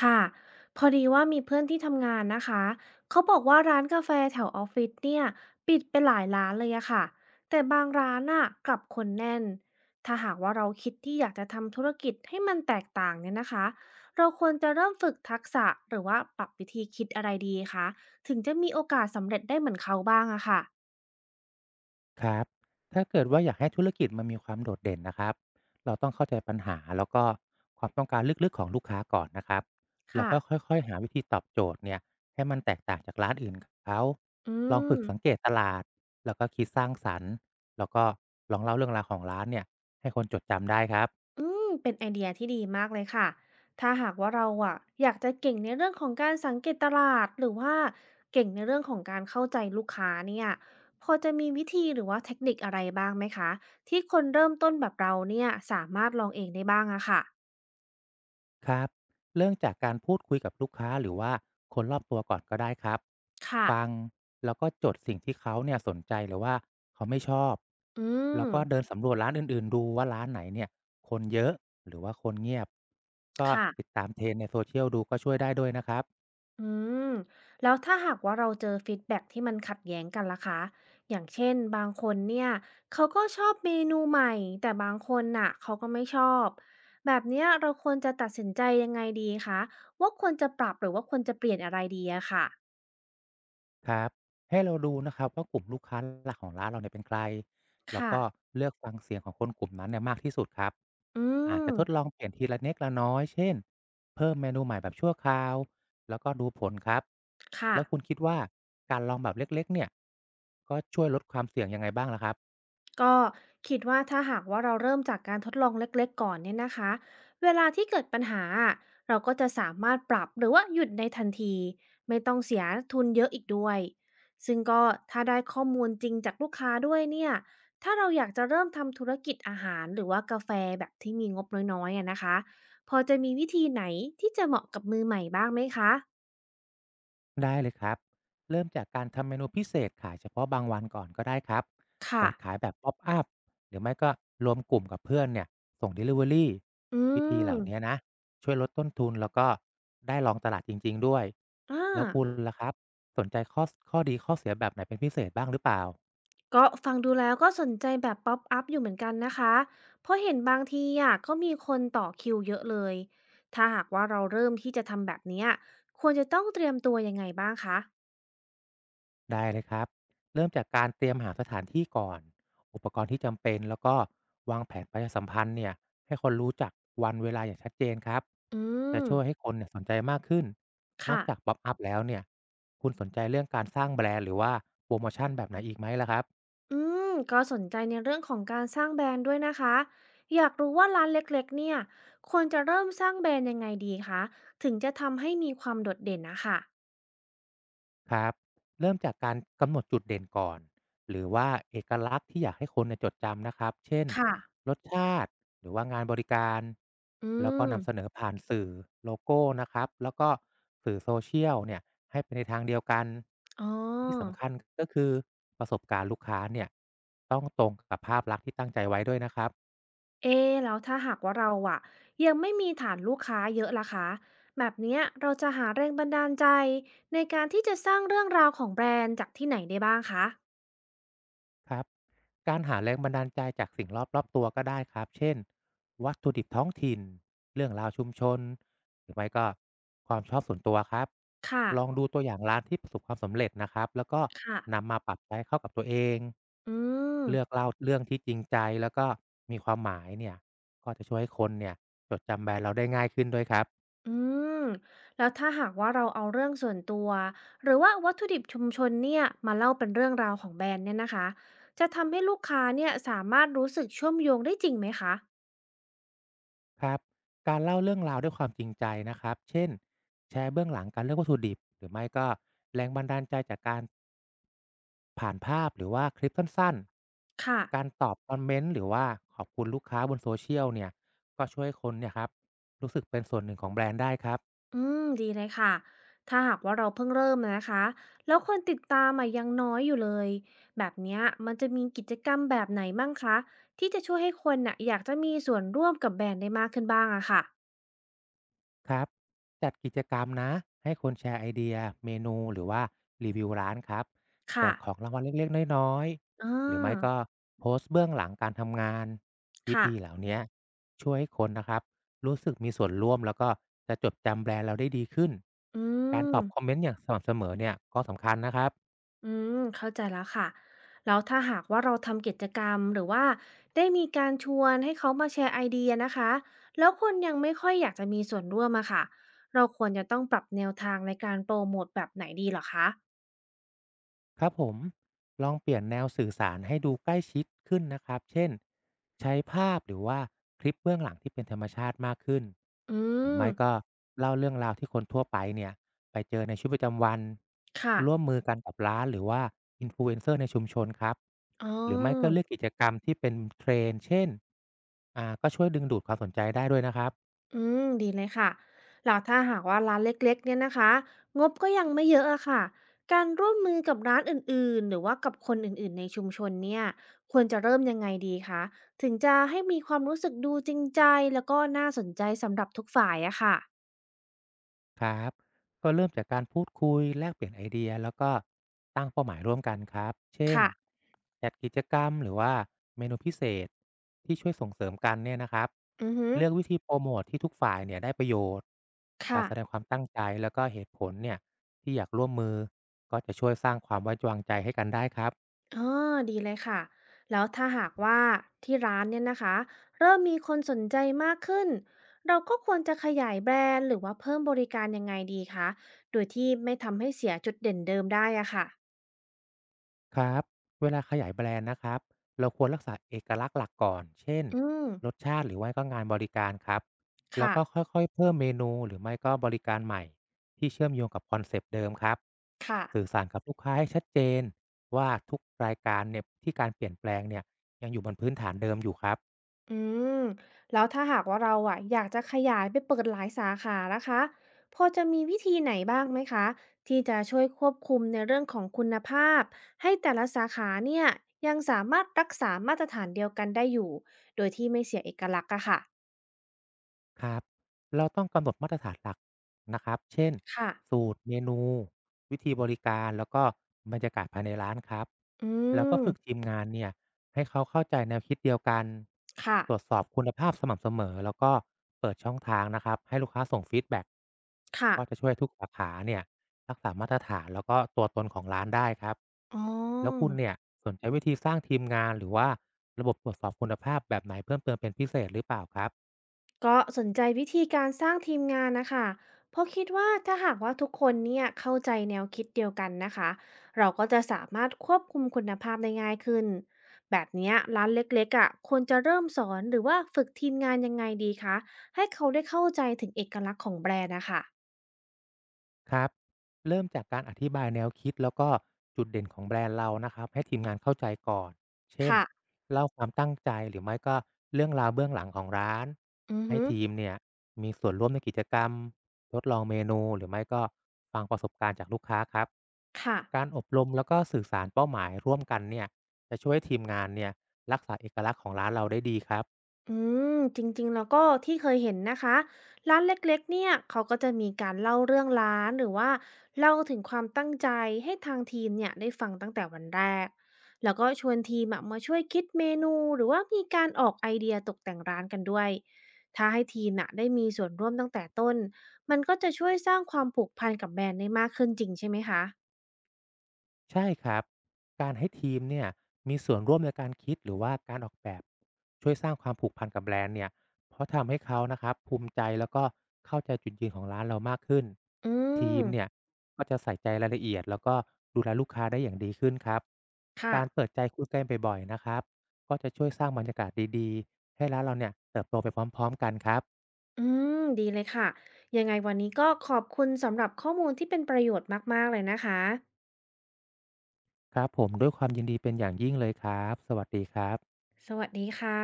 ค่ะพอดีว่ามีเพื่อนที่ทำงานนะคะเขาบอกว่าร้านกาแฟแถวออฟฟิศเนี่ยปิดไปหลายร้านเลยอะค่ะแต่บางร้านน่ะกลับคนแน่นถ้าหากว่าเราคิดที่อยากจะทำธุรกิจให้มันแตกต่างเนี่ยนะคะเราควรจะเริ่มฝึกทักษะหรือว่าปรับวิธีคิดอะไรดีคะถึงจะมีโอกาสสำเร็จได้เหมือนเขาบ้างอะค่ะครับถ้าเกิดว่าอยากให้ธุรกิจมันมีความโดดเด่นนะครับเราต้องเข้าใจปัญหาแล้วก็ความต้องการลึกๆของลูกค้าก่อนนะครับแล้วค่ะก็ค่อยๆหาวิธีตอบโจทย์เนี่ยให้มันแตกต่างจากร้านอื่นเขาอืลองฝึม กสังเกตตลาดแล้วก็คิดสร้างสรรค์แล้วก็ลองเล่าเรื่องราวของร้านเนี่ยให้คนจดจำได้ครับ อืมเป็นไอเดียที่ดีมากเลยค่ะถ้าหากว่าเราอะอยากจะเก่งในเรื่องของการสังเกตตลาดหรือว่าเก่งในเรื่องของการเข้าใจลูกค้าเนี่ยพอจะมีวิธีหรือว่าเทคนิคอะไรบ้างไหมคะที่คนเริ่มต้นแบบเราเนี่ยสามารถลองเองได้บ้างอะค่ะครับ เริ่มจากการพูดคุยกับลูกค้าหรือว่าคนรอบตัวก่อนก็ได้ครับ ค่ะฟังแล้วก็จดสิ่งที่เขาเนี่ยสนใจหรือว่าเขาไม่ชอบ อืแล้มวก็เดินสำรวจร้านอื่นๆดูว่าร้านไหนเนี่ยคนเยอะหรือว่าคนเงียบ ก็ติดค่ะ ตามเทรนด์ในโซเชียลดูก็ช่วยได้ด้วยนะครับ อืมแล้วถ้าหากว่าเราเจอฟีดแบ็กที่มันขัดแย้งกันล่ะคะอย่างเช่นบางคนเนี่ยเขาก็ชอบเมนูใหม่แต่บางคนน่ะเขาก็ไม่ชอบแบบเนี้ยเราควรจะตัดสินใจยังไงดีคะว่าควรจะปรับหรือว่าควรจะเปลี่ยนอะไรดีอะค่ะครับให้เราดูนะครับว่ากลุ่มลูกค้าหลักของร้านเราเนี่ยเป็นใครแล้วค่ะก็เลือกฟังเสียงของคนกลุ่มนั้นเนี่ยมากที่สุดครับอือาจมจะทดลองเปลี่ยนทีละเล็กละน้อยเช่นเพิ่มเมนูใหม่แบบชั่วคราวแล้วก็ดูผลครับค่ะ แล้วคุณคิดว่าการลองแบบเล็กๆเนี่ยก็ช่วยลดความเสี่ยงยังไงบ้างล่ะครับ ก็คิดว่าถ้าหากว่าเราเริ่มจากการทดลองเล็กๆก่อนเนี่ยนะคะเวลาที่เกิดปัญหาอะเราก็จะสามารถปรับหรือว่าหยุดในทันทีไม่ต้องเสียทุนเยอะอีกด้วยซึ่งก็ถ้าได้ข้อมูลจริงจากลูกค้าด้วยเนี่ยถ้าเราอยากจะเริ่มทำธุรกิจอาหารหรือว่ากาแฟแบบที่มีงบน้อยๆอะนะคะพอจะมีวิธีไหนที่จะเหมาะกับมือใหม่บ้างไหมคะได้เลยครับ เริ่มจากการทำเมนูพิเศษขายเฉพาะบางวันก่อนก็ได้ครับ ค่ะเปิดขายแบบป๊อปอัพหรือไม่ก็รวมกลุ่มกับเพื่อนเนี่ย ส่ง Delivery อืวิธีเหล่านี้มนะช่วยลดต้นทุนแล้วก็ได้ลองตลาดจริงๆด้วยอา แล้วคุณล่ะครับสนใจข้อดีข้อเสียแบบไหนเป็นพิเศษบ้างหรือเปล่า ก็ฟังดูแล้วก็สนใจแบบป๊อปอัพอยู่เหมือนกันนะคะเพราะเห็นบางทีอ่ะก็มีคนต่อคิวเยอะเลยถ้าหากว่าเราเริ่มที่จะทำแบบเนี้ยควรจะต้องเตรียมตัวยังไงบ้างคะได้เลยครับ เริ่มจากการเตรียมหาสถานที่ก่อน อุปกรณ์ที่จำเป็น แล้วก็วางแผนประชาสัมพันธ์เนี่ยให้คนรู้จักวันเวลาอย่างชัดเจนครับ อืจะมช่วยให้คนเนี่ยสนใจมากขึ้นนอกค่ะจากป๊อปอัพแล้วเนี่ย คุณสนใจเรื่องการสร้างแบรนด์หรือว่าโปรโมชั่นแบบไหนอีกไหมล่ะครับ อืมก็สนใจในเรื่องของการสร้างแบรนด์ด้วยนะคะอยากรู้ว่าร้านเล็กๆเนี่ยควรจะเริ่มสร้างแบรนด์ยังไงดีคะถึงจะทำให้มีความโดดเด่นนะคะครับเริ่มจากการกำหนดจุดเด่นก่อนหรือว่าเอกลักษณ์ที่อยากให้คนเนี่ยจดจำนะครับเช่นค่ะรสชาติหรือว่างานบริการอืแล้วก็มนำเสนอผ่านสื่อโลโก้นะครับแล้วก็สื่อโซเชียลเนี่ยให้ไปในทางเดียวกันอ๋อ ที่สำคัญก็คือประสบการณ์ลูกค้าเนี่ยต้องตรงกับภาพลักษณ์ที่ตั้งใจไว้ด้วยนะครับ เอ๊ะแล้วถ้าหากว่าเราอะยังไม่มีฐานลูกค้าเยอะล่ะคะแบบเนี้ยเราจะหาแรงบันดาลใจในการที่จะสร้างเรื่องราวของแบรนด์จากที่ไหนได้บ้างคะครับการหาแรงบันดาลใจจากสิ่งรอบตัวก็ได้ครับเช่นวัตถุดิบท้องถิ่นเรื่องราวชุมชนหรือไม่ก็ความชอบส่วนตัวครับค่ะลองดูตัวอย่างร้านที่ประสบความสำเร็จนะครับแล้วก็ค่ะนำมาปรับใช้เข้ากับตัวเองอืมเลือกเล่าเรื่องที่จริงใจแล้วก็มีความหมายเนี่ยก็จะช่วยให้คนเนี่ยจดจำแบรนด์เราได้ง่ายขึ้นด้วยครับอืมแล้วถ้าหากว่าเราเอาเรื่องส่วนตัวหรือว่าวัตถุดิบชุมชนเนี่ยมาเล่าเป็นเรื่องราวของแบรนด์เนี่ยนะคะจะทำให้ลูกค้าเนี่ยสามารถรู้สึกเชื่อมโยงได้จริงไหมคะครับการเล่าเรื่องราวด้วยความจริงใจนะครับเช่นแชร์เบื้องหลังการเลือกวัตถุดิบหรือไม่ก็แรงบันดาลใจจากการ ผ่านภาพหรือว่าคลิปสั้น ค่ะ ๆ การตอบคอมเมนต์หรือว่าขอบคุณลูกค้าบนโซเชียลเนี่ยก็ช่วยคนเนี่ยครับรู้สึกเป็นส่วนหนึ่งของแบรนด์ได้ครับอืมดีเลยค่ะ ถ้าหากว่าเราเพิ่งเริ่มนะคะแล้วคนติดตามอะยังน้อยอยู่เลยแบบเนี้ยมันจะมีกิจกรรมแบบไหนบ้างคะที่จะช่วยให้คนน่ะอยากจะมีส่วนร่วมกับแบรนด์ได้มากขึ้นบ้างอะค่ะครับจัดกิจกรรมนะให้คนแชร์ไอเดียเมนูหรือว่ารีวิวร้านครับแจค่ะกของรางวัลเล็กๆ น้อยอ่าๆ หรือไม่ก็โพสต์เบื้องหลังการทำงานวิค่ะธีเหล่าเนี้ยช่วยให้คนนะครับรู้สึกมีส่วนร่วมแล้วก็จะจดจำแบรนด์เราได้ดีขึ้นอืการตม อบคอมเมนต์อย่างสม่ำเสมอเนี่ยก็สำคัญนะครับ อืมเข้าใจแล้วค่ะแล้วถ้าหากว่าเราทำกิจกรรมหรือว่าได้มีการชวนให้เขามาแชร์ไอเดียนะคะแล้วคนยังไม่ค่อยอยากจะมีส่วนร่วมอะค่ะเราควรจะต้องปรับแนวทางในการโปรโมทแบบไหนดีเหรอคะครับผมลองเปลี่ยนแนวสื่อสารให้ดูใกล้ชิดขึ้นนะครับเช่นใช้ภาพหรือว่าคลิปเบื้องหลังที่เป็นธรรมชาติมากขึ้นอืหรือมไม่ก็เล่าเรื่องราวที่คนทั่วไปเนี่ยไปเจอในชีวิตประจำวันค่ะร่วมมือกันกับร้านหรือว่าอินฟลูเอนเซอร์ในชุมชนครับอ๋อ หรือไม่ก็เลือกกิจกรรมที่เป็นเทรนด์เช่นก็ช่วยดึงดูดความสนใจได้ด้วยนะครับ อืมดีเลยค่ะแล้วถ้าหากว่าร้านเล็กๆเนี่ยนะคะงบก็ยังไม่เยอะอะค่ะการร่วมมือกับร้านอื่นๆหรือว่ากับคนอื่นๆในชุมชนเนี่ยควรจะเริ่มยังไงดีคะถึงจะให้มีความรู้สึกดูจริงใจแล้วก็น่าสนใจสำหรับทุกฝ่ายอะค่ะครับก็เริ่มจากการพูดคุยแลกเปลี่ยนไอเดียแล้วก็ตั้งเป้าหมายร่วมกันครับเช่นค่ะจัดกิจกรรมหรือว่าเมนูพิเศษที่ช่วยส่งเสริมกันเนี่ยนะครับอือฮึเลือกวิธีโปรโมทที่ทุกฝ่ายเนี่ยได้ประโยชน์กาค่ะ รแสดงความตั้งใจแล้วก็เหตุผลเนี่ยที่อยากร่วมมือก็จะช่วยสร้างความไว้วางใจให้กันได้ครับ อ๋อดีเลยค่ะ แล้วถ้าหากว่าที่ร้านเนี่ยนะคะเริ่มมีคนสนใจมากขึ้นเราก็ควรจะขยายแบรนด์หรือว่าเพิ่มบริการยังไงดีคะโดยที่ไม่ทำให้เสียจุดเด่นเดิมได้อะค่ะ ครับเวลาขยายแบรนด์นะครับเราควรรักษาเอกลักษณ์หลักก่อนเช่นอืม รสชาติหรือไม่ก็งานบริการครับแล้วค่ะ ก็ค่อยๆเพิ่มเมนูหรือไม่ก็บริการใหม่ที่เชื่อมโยงกับคอนเซปต์เดิมครับค่ะ สื่อสารกับลูกค้าให้ชัดเจนว่าทุกรายการเนี่ยที่การเปลี่ยนแปลงเนี่ยยังอยู่บนพื้นฐานเดิมอยู่ครับ อืมแล้วถ้าหากว่าเราอะอยากจะขยายไปเปิดหลายสาขานะคะพอจะมีวิธีไหนบ้างไหมคะที่จะช่วยควบคุมในเรื่องของคุณภาพให้แต่ละสาขาเนี่ยยังสามารถรักษามาตรฐานเดียวกันได้อยู่โดยที่ไม่เสียเอกลักษณ์อะค่ะครับ เราต้องกำหนดมาตรฐานหลักนะครับ เช่น ค่ะสูตรเมนู วิธีบริการ แล้วก็บรรยากาศภายในร้านครับ อืแล้วก็มฝึกทีมงานเนี่ย ให้เขาเข้าใจแนวคิดเดียวกันค่ะตรวจสอบคุณภาพสม่ำเสมอแล้วก็เปิดช่องทางนะครับ ให้ลูกค้าส่งฟีดแบ็กค่ะก็จะช่วยทุกสาขาเนี่ยรักษามาตรฐานแล้วก็ตัวตนของร้านได้ครับอ๋อ แล้วคุณเนี่ยสนใจวิธีสร้างทีมงานหรือว่าระบบตรวจสอบคุณภาพแบบไหนเพิ่มเติมเป็นพิเศษหรือเปล่าครับ ก็สนใจวิธีการสร้างทีมงานนะคะ เพราะคิดว่าถ้าหากว่าทุกคนเนี่ยเข้าใจแนวคิดเดียวกันนะคะ เราก็จะสามารถควบคุมคุณภาพได้ง่ายขึ้น แบบเนี้ยร้านเล็กๆอ่ะควรจะเริ่มสอนหรือว่าฝึกทีมงานยังไงดีคะ ให้เขาได้เข้าใจถึงเอกลักษณ์ของแบรนด์นะคะ ครับเริ่มจากการอธิบายแนวคิดแล้วก็จุดเด่นของแบรนด์เรานะครับให้ทีมงานเข้าใจก่อนเช่นค่ะ เล่าความตั้งใจหรือไม่ก็เรื่องราวเบื้องหลังของร้านอือให้ฮึทีมเนี่ยมีส่วนร่วมในกิจกรรมทดลองเมนูหรือไม่ก็ฟังประสบการณ์จากลูกค้าครับค่ะ การอบรมแล้วก็สื่อสารเป้าหมายร่วมกันเนี่ยจะช่วยให้ทีมงานเนี่ยรักษาเอกลักษณ์ของร้านเราได้ดีครับ อืมจริงๆแล้วก็ที่เคยเห็นนะคะร้านเล็กๆเนี่ยเขาก็จะมีการเล่าเรื่องร้านหรือว่าเล่าถึงความตั้งใจให้ทางทีมเนี่ยได้ฟังตั้งแต่วันแรกแล้วก็ชวนทีมอะมาช่วยคิดเมนูหรือว่ามีการออกไอเดียตกแต่งร้านกันด้วยถ้าให้ทีมน่ะได้มีส่วนร่วมตั้งแต่ต้นมันก็จะช่วยสร้างความผูกพันกับแบรนด์ได้มากขึ้นจริงใช่ไหมคะใช่ครับการให้ทีมเนี่ยมีส่วนร่วมในการคิดหรือว่าการออกแบบช่วยสร้างความผูกพันกับแบรนด์เนี่ยเพราะทำให้เขานะครับภูมิใจแล้วก็เข้าใจจุดยืนของร้านเรามากขึ้นอืทีมมเนี่ยก็จะใส่ใจรายละเอียดแล้วก็ดูแลลูกค้าได้อย่างดีขึ้นครับค่ะ การเปิดใจคุยกันบ่อยๆนะครับก็จะช่วยสร้างบรรยากาศดีๆให้ร้านเราเนี่ยเติบโตไปพร้อมๆกันครับอืมดีเลยค่ะยังไงวันนี้ก็ขอบคุณสำหรับข้อมูลที่เป็นประโยชน์มากๆเลยนะคะครับผมด้วยความยินดีเป็นอย่างยิ่งเลยครับสวัสดีครับสวัสดีค่ะ